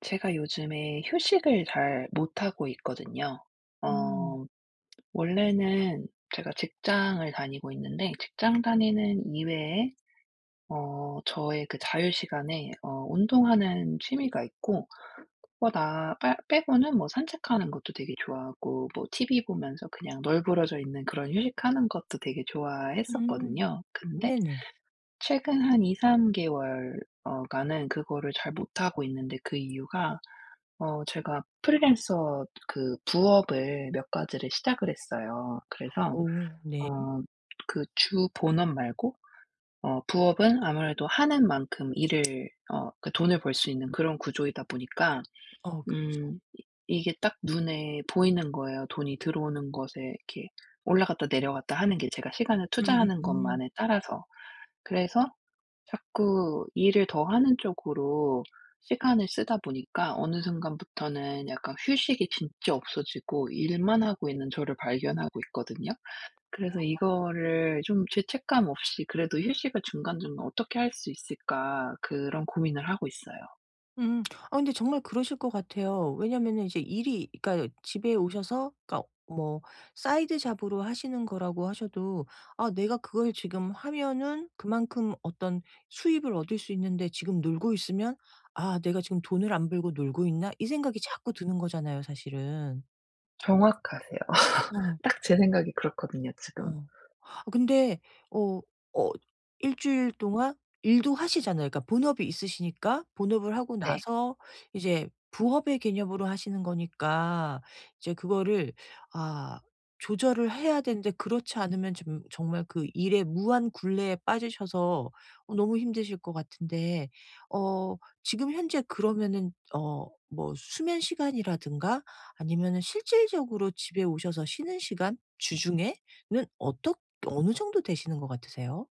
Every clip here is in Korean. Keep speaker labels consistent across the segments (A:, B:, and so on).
A: 제가 요즘에 휴식을 잘 못하고 있거든요.
B: 음.
A: 어 원래는 제가 직장을 다니고 있는데, 직장 다니는 이외에 저의 그 자유 시간에 운동하는 취미가 있고, 뭐 나 빼 빼고는 뭐 산책하는 것도 되게 좋아하고, 뭐 TV 보면서 그냥 널브러져 있는 그런 휴식하는 것도 되게
B: 음.
A: 좋아했었거든요. 근데
B: 네네.
A: 최근 한 2-3 개월 가는 그거를 잘 못하고 있는데, 그 이유가 제가 프리랜서 그 부업을 몇 가지를 시작을 했어요. 그래서
B: 오 네.
A: 어 그 주 본업 말고 부업은 아무래도 하는 만큼 일을, 그 돈을 벌 수 있는 그런 구조이다 보니까,
B: 어 그
A: 이 이게 딱 눈에 보이는 거예요. 돈이 들어오는 것에 이렇게 올라갔다 내려갔다 하는 게, 제가 시간을 투자하는
B: 음음음.
A: 것만에 따라서. 그래서 자꾸 일을 더 하는 쪽으로 시간을 쓰다 보니까, 어느 순간부터는 약간 휴식이 진짜 없어지고 일만 하고 있는 저를 발견하고 있거든요. 그래서 이거를 좀 죄책감 없이 그래도 휴식을 중간중간 어떻게 할 수 있을까, 그런 고민을 하고 있어요.
B: 음. 아 근데 정말 그러실 것 같아요. 왜냐면은 이제 일이, 그러니까 집에 오셔서, 그러니까 뭐 사이드 잡으로 하시는 거라고 하셔도 '아 내가 그걸 지금 하면은 그만큼 어떤 수입을 얻을 수 있는데 지금 놀고 있으면, 아 내가 지금 돈을 안 벌고 놀고 있나?' 이 생각이 자꾸 드는 거잖아요, 사실은.
A: 정확하세요.
B: 어.
A: 딱 제 생각이 그렇거든요, 지금.
B: 어. 아 근데 어 어 일 주일 동안 일도 하시잖아요. 그러니까 본업이 있으시니까 본업을 하고
A: 네.
B: 나서 이제 부업의 개념으로 하시는 거니까, 이제 그거를, 아 조절을 해야 되는데, 그렇지 않으면 좀 정말 그 일의 무한 굴레에 빠지셔서 너무 힘드실 것 같은데. 어 지금 현재 그러면은 뭐 수면 시간이라든가 아니면은 실질적으로 집에 오셔서 쉬는 시간 주중에 는 어떻 어느 정도 되시는 것 같으세요?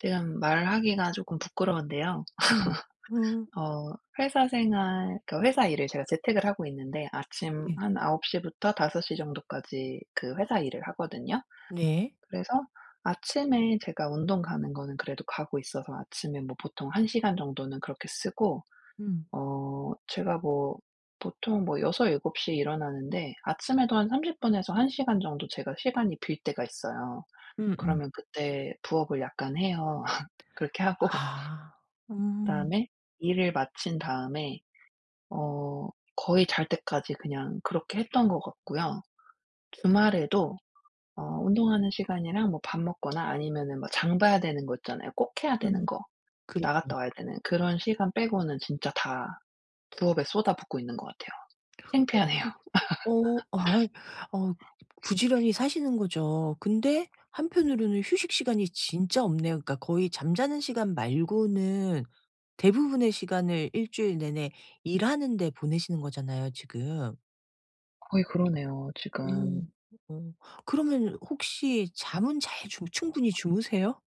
A: 지금 말하기가 조금 부끄러운데요.
B: 음. 음.
A: 어 회사 생활, 그 회사 일을 제가 재택을 하고 있는데, 아침
B: 네.
A: 한9홉시 부터 5섯시 정도까지 그 회사 일을 하거든요.
B: 네.
A: 그래서 아침에 제가 운동 가는 거는 그래도 가고 있어서, 아침에 뭐 보통 1 시간 정도는 그렇게 쓰고,
B: 음.
A: 제가 뭐 보통 뭐6섯일7시에 일어나는데, 아침에도 한 30 분에서 1 시간 정도 제가 시간이 빌 때가 있어요.
B: 음음.
A: 그러면 그때 부업을 약간 해요. 그렇게 하고
B: 아. 음.
A: 그다음에 일을 마친 다음에, 어 거의 잘 때까지 그냥 그렇게 했던 것 같고요. 주말에도 운동하는 시간이랑, 뭐 밥 먹거나 아니면은 막 장 봐야 되는 거 있잖아요, 꼭 해야 되는
B: 음.
A: 거,
B: 그렇죠.
A: 나갔다 와야 되는 그런 시간 빼고는 진짜 다 부업에 쏟아붓고 있는 것 같아요.
B: 어
A: 창피하네요.
B: 그러 어 아이 어 부지런히 사시는 거죠. 근데 한편으로는 휴식 시간이 진짜 없네요. 그러니까 거의 잠자는 시간 말고는 대부분의 시간을 일주일 내내 일하는 데 보내시는 거잖아요, 지금.
A: 거의 그러네요,
B: 어.
A: 지금.
B: 어 그러면 혹시 잠은 잘 주 충분히 주무세요?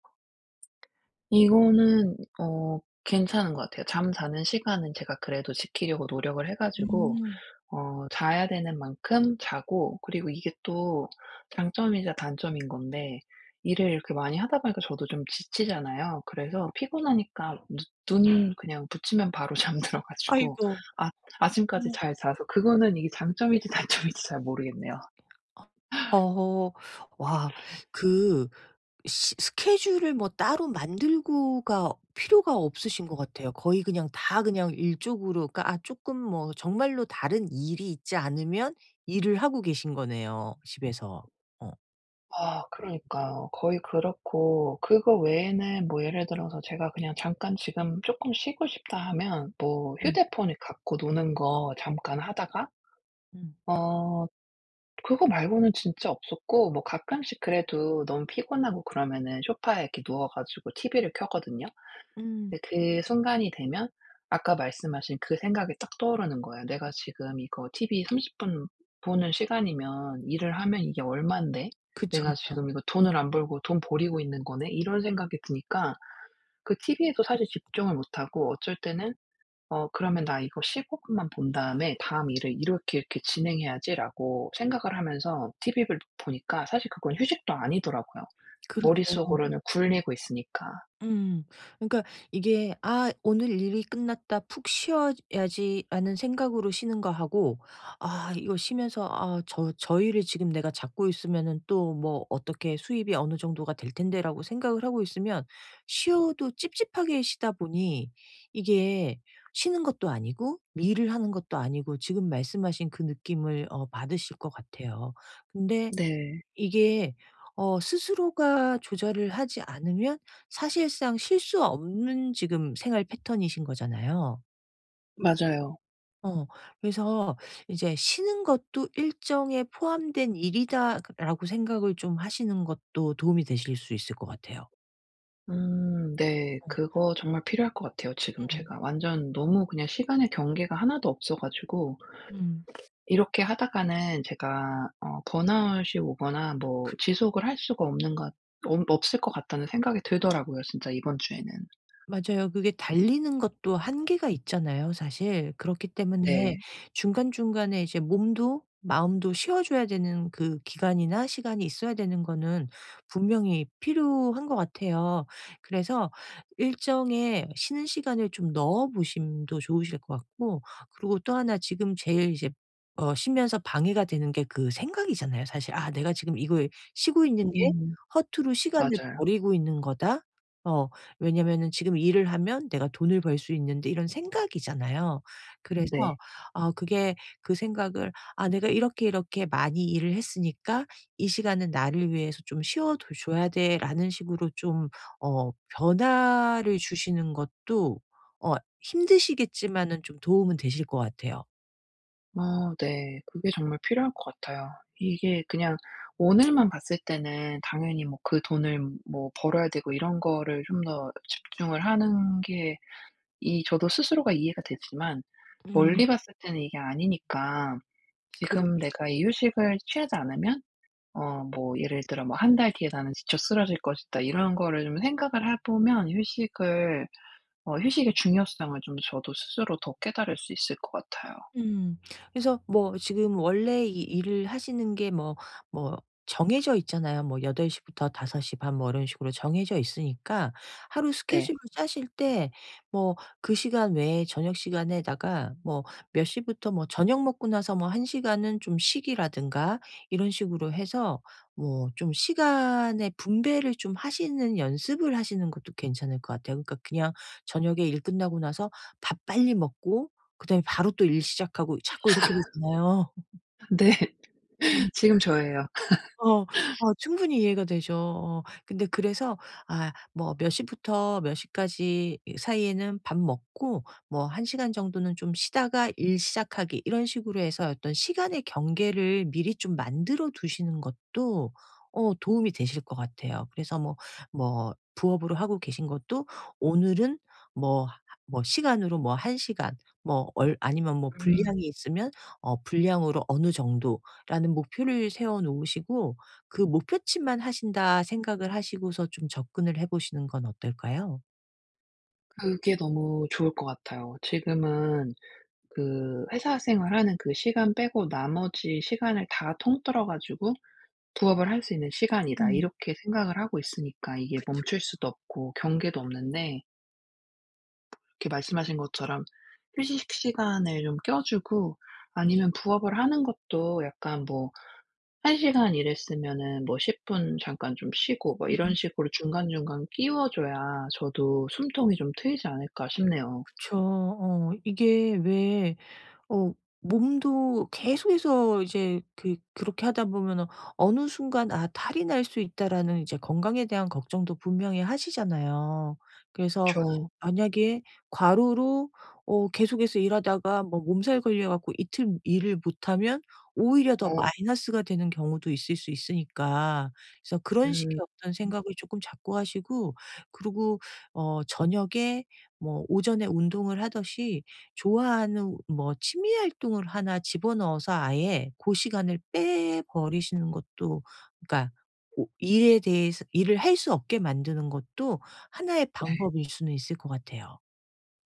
A: 이거는 괜찮은 것 같아요. 잠자는 시간은 제가 그래도 지키려고 노력을 해 가지고,
B: 음.
A: 자야 되는 만큼 자고, 그리고 이게 또 장점이자 단점인 건데, 일을 이렇게 많이 하다 보니까 저도 좀 지치잖아요. 그래서 피곤하니까 눈 그냥 붙이면 바로 잠들어 가지고
B: 아이고.
A: 아 아침까지
B: 음.
A: 잘 자서, 그거는 이게 장점인지 단점인지 잘 모르겠네요.
B: 어. 어. 와 그 시 스케줄을 뭐 따로 만들고가 필요가 없으신 것 같아요. 거의 그냥 다 그냥 일적으로, 그러니까 아 쪼끔 뭐 정말로 다른 일이 있지 않으면 일을 하고 계신 거네요, 집에서. 어.
A: 아, 그러니까요. 거의 그렇고, 그거 외에는 뭐 예를 들어서 제가 그냥 잠깐 지금 조금 쉬고 싶다 하면, 뭐
B: 음.
A: 휴대폰을 갖고 노는 거 잠깐 하다가
B: 음.
A: 어 그거 말고는 진짜 없었고, 뭐 가끔씩 그래도 너무 피곤하고 그러면은 소파에 이렇게 누워 가지고 티비를 켜거든요.
B: 음.
A: 근데 그 순간이 되면 아까 말씀하신 그 생각이 딱 떠오르는 거예요. '내가 지금 이거 티비삼30분 보는 시간이면, 일을 하면 이게 얼만데?
B: 그쵸,
A: 내가
B: 그쵸.
A: 지금 이거 돈을 안 벌고 돈 버리고 있는 거네?' 이런 생각이 드니까 그 티비에도 사실 집중을 못 하고, 어쩔 때는 그러면 '나 이거 15분만 본 다음에 다음 일을 이렇게 이렇게 진행해야지.'라고 생각을 하면서 TV를 보니까, 사실 그건 휴식도 아니더라고요.
B: 그렇죠.
A: 머릿속으로는 굴리고 있으니까.
B: 음. 그러니까 이게 '아 오늘 일이 끝났다. 푹 쉬어야지.'라는 생각으로 쉬는 거하고, 아 이거 쉬면서 '아 '저 일을 지금 내가 잡고 있으면은 또 뭐 어떻게 수입이 어느 정도가 될 텐데.'라고 생각을 하고 있으면 쉬어도 찝찝하게 쉬다 보니 이게 쉬는 것도 아니고 일을 하는 것도 아니고 지금 말씀하신 그 느낌을 받으실 것 같아요. 근데
A: 네.
B: 이게, 스스로가 조절을 하지 않으면 사실상 쉴 수 없는 지금 생활 패턴이신 거잖아요.
A: 맞아요.
B: 어 그래서 이제 '쉬는 것도 일정에 포함된 일이다.'라고 생각을 좀 하시는 것도 도움이 되실 수 있을 것 같아요.
A: 음, 네.
B: 어.
A: 그거 정말 필요할 것 같아요, 지금
B: 음.
A: 제가. 완전 너무 그냥 시간의 경계가 하나도 없어 가지고,
B: 음.
A: 이렇게 하다가는 제가 번아웃이 오거나 뭐 지속을 할 수가 없는 것, 없 없을 것 같다는 생각이 들더라고요, 진짜 이번 주에는.
B: 맞아요. 그게 달리는 것도 한계가 있잖아요, 사실. 그렇기 때문에
A: 네.
B: 중간중간에 이제 몸도 마음도 쉬어 줘야 되는 그 기간이나 시간이 있어야 되는 거는 분명히 필요한 것 같아요. 그래서 일정에 쉬는 시간을 좀 넣어 보심도 좋으실 것 같고, 그리고 또 하나, 지금 제일 이제 쉬면서 방해가 되는 게 그 생각이잖아요, 사실. '아 내가 지금 이걸 쉬고 있는 게
A: 음.
B: 허투루 시간을
A: 맞아요.
B: 버리고 있는 거다.' 어 왜냐면은 지금 일을 하면 내가 돈을 벌 수 있는데 이런 생각이잖아요. 음. 그래서
A: 네.
B: 어 그게 그 생각을 '아 내가 이렇게 이렇게 많이 일을 했으니까 이 시간은 나를 위해서 좀 쉬어 둬 줘야 돼.'라는 식으로 좀 어 변화를 주시는 것도 어 힘드시겠지만은 좀 도움은 되실 것 같아요.
A: 어, 네. 그게 정말 필요할 것 같아요. 이게 그냥 오늘만 봤을 때는 당연히 뭐 그 돈을 뭐 벌어야 되고 이런 거를 좀 더 집중을 하는 게, 이 저도 스스로가 이해가 되지만,
B: 음.
A: 멀리 봤을 때는 이게 아니니까
B: 그렇
A: 지금 내가 이 휴식을 취하지 않으면, 뭐 예를 들어 뭐 한 달 뒤에 나는 지쳐 쓰러질 것이다.' 이런 거를 좀 생각을 해 보면, 휴식을 어 휴식의 중요성을 좀 저도 스스로 더 깨달을 수 있을 것 같아요.
B: 음. 그래서 뭐 지금 원래 이 일을 하시는 게 뭐 정해져 있잖아요. 뭐 8시부터 5시 반 뭐 이런 식으로 정해져 있으니까 하루
A: 네.
B: 스케줄을 짜실 때 뭐 그 시간 외에 저녁 시간에다가 뭐 몇 시부터 뭐 저녁 먹고 나서 뭐 1 시간은 좀 쉬기라든가 이런 식으로 해서 뭐 좀 시간의 분배를 좀 하시는 연습을 하시는 것도 괜찮을 것 같아요. 그러니까 그냥 저녁에 일 끝나고 나서 밥 빨리 먹고 그다음에 바로 또 일 시작하고 자꾸 이렇게 되잖아요.
A: 네. 지금 저예요.
B: 어. 충분히 이해가 되죠. 어. 근데 그래서, 아 뭐 몇 시부터 몇 시까지 사이에는 밥 먹고 뭐 1시간 정도는 좀 쉬다가 일 시작하기 이런 식으로 해서 어떤 시간의 경계를 미리 좀 만들어 두시는 것도 도움이 되실 것 같아요. 그래서 뭐 부업으로 하고 계신 것도 오늘은 뭐 하 뭐 시간으로 뭐 1시간 뭐 얼 아니면 뭐
A: 음.
B: 분량이 있으면 분량으로 어느 정도 라는 목표를 세워 놓으시고 그 목표치만 하신다 생각을 하시고서 좀 접근을 해 보시는 건 어떨까요?
A: 그게 너무 좋을 것 같아요. 지금은 그 회사 생활하는 그 시간 빼고 나머지 시간을 다 통틀어 가지고 '부업을 할 수 있는 시간이다.'
B: 음.
A: 이렇게 생각을 하고 있으니까, 이게
B: 그쵸.
A: 멈출 수도 없고 경계도 없는데, 이렇게 말씀하신 것처럼 휴식 시간을 좀 껴 주고,
B: 음.
A: 아니면 부업을 하는 것도 약간, 뭐 1 시간 일했으면은 뭐 10분 잠깐 좀 쉬고 뭐 이런
B: 음.
A: 식으로 중간중간 끼워 줘야, 저도 '숨통이 좀 트이지 않을까.' 싶네요.
B: 그쵸. 이게 왜 어 몸도 계속해서 이제 그렇게 하다 보면 어느 순간 '아 탈이 날 수 있다.'라는 이제 건강에 대한 걱정도 분명히 하시잖아요. 그래서
A: 그쵸.
B: 만약에 과로로 계속해서 일하다가 뭐 몸살 걸려 갖고 이틀 일을 못하면 오히려 더
A: 어,
B: 마이너스가 되는 경우도 있을 수 있으니까 그래서 그런 식의
A: 음.
B: 어떤
A: 음,
B: 생각을 조금 자꾸 하시고 그리고 저녁에 뭐 오전에 운동을 하듯이 좋아하는 뭐 취미 활동을 하나 집어넣어서 아예 그 시간을 빼버리시는 것도, 그러니까 오 일에 대해서 일을 할 수 없게 만드는 것도 하나의
A: 네.
B: 방법일 수는 있을 것 같아요.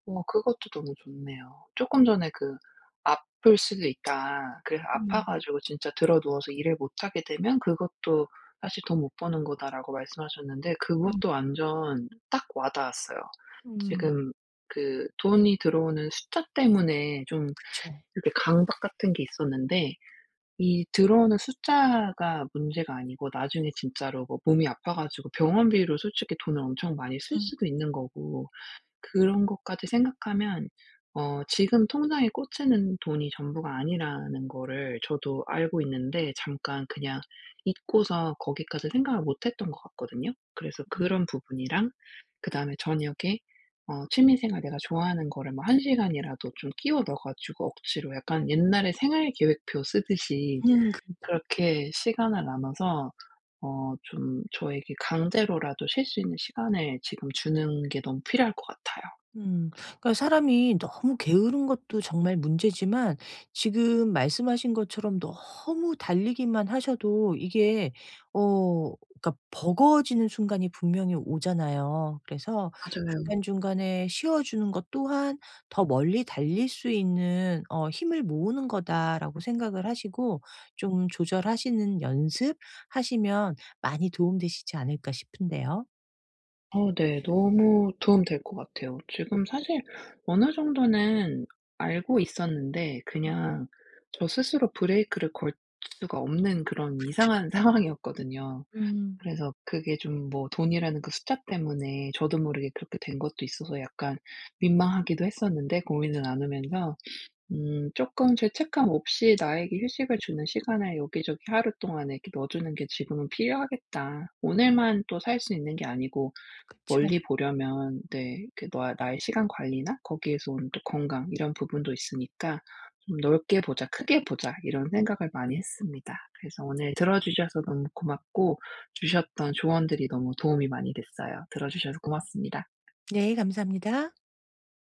A: 어, 그것도 너무 좋네요. 쪼끔 전에 그 '아플 수도 있다.' 그래서 아파
B: 음.
A: 가지고 진짜 들어 누워서 일을 못 하게 되면, 그것도 사실 '돈 못 버는 거다.'라고 말씀하셨는데,
B: 음.
A: 그것도 완전 딱 와 닿았어요.
B: 음.
A: 지금 그 돈이 들어오는 숫자 때문에 좀
B: 그쵸.
A: 이렇게 강박 같은 게 있었는데, 이 들어오는 숫자가 문제가 아니고, 나중에 진짜로 뭐 몸이 아파 가지고 병원비로 솔직히 돈을 엄청 많이 쓸
B: 음.
A: 수도 있는 거고, 그런 것까지 생각하면 지금 통장에 꽂히는 돈이 전부가 아니라는 거를 저도 알고 있는데, 잠깐 그냥 잊고서 거기까지 생각을 못 했던 것 같거든요. 그래서
B: 음.
A: 그런 부분이랑, 그다음에 저녁에 취미 생활, 내가 좋아하는 거를 뭐 한 시간이라도 좀 끼워 넣어 가지고, 억지로 약간 옛날에 생활 계획표 쓰듯이
B: 음.
A: 그렇게 시간을 나눠서 좀 저에게 강제로라도 쉴 수 있는 시간을 지금 주는 게 너무 필요할 것 같아요.
B: 음. 그러니까 사람이 너무 게으른 것도 정말 문제지만 지금 말씀하신 것처럼 너무 달리기만 하셔도 이게 어 그러니까 버거워지는 순간이 분명히 오잖아요. 그래서
A: 맞아요.
B: 중간중간에 쉬어 주는 것 또한 '더 멀리 달릴 수 있는 힘을 모으는 거다.'라고 생각을 하시고 좀 조절하시는 연습하시면 많이 도움되시지 않을까 싶은데요.
A: 어, 네. 너무 도움될 것 같아요. 지금 사실 어느 정도는 알고 있었는데, 그냥 저 스스로 브레이크를 걸 수가 없는 그런 이상한 상황이었거든요.
B: 음.
A: 그래서 그게 좀 뭐 돈이라는 그 숫자 때문에 저도 모르게 그렇게 된 것도 있어서, 약간 민망하기도 했었는데, 고민을 나누면서 쪼끔 죄책감 없이 나에게 휴식을 주는 시간을 여기저기 하루 동안에 이렇게 넣어 주는 게 지금은 필요하겠다. 오늘만 또 살 수 있는 게 아니고
B: 그죠
A: 멀리 보려면, 네, 그 나 나의 시간 관리나 거기에서 오는 또 건강 이런 부분도 있으니까, '좀 넓게 보자. 크게 보자.' 이런 생각을 많이 했습니다. 그래서 오늘 들어 주셔서 너무 고맙고, 주셨던 조언들이 너무 도움이 많이 됐어요. 들어 주셔서 고맙습니다.
B: 네 감사합니다.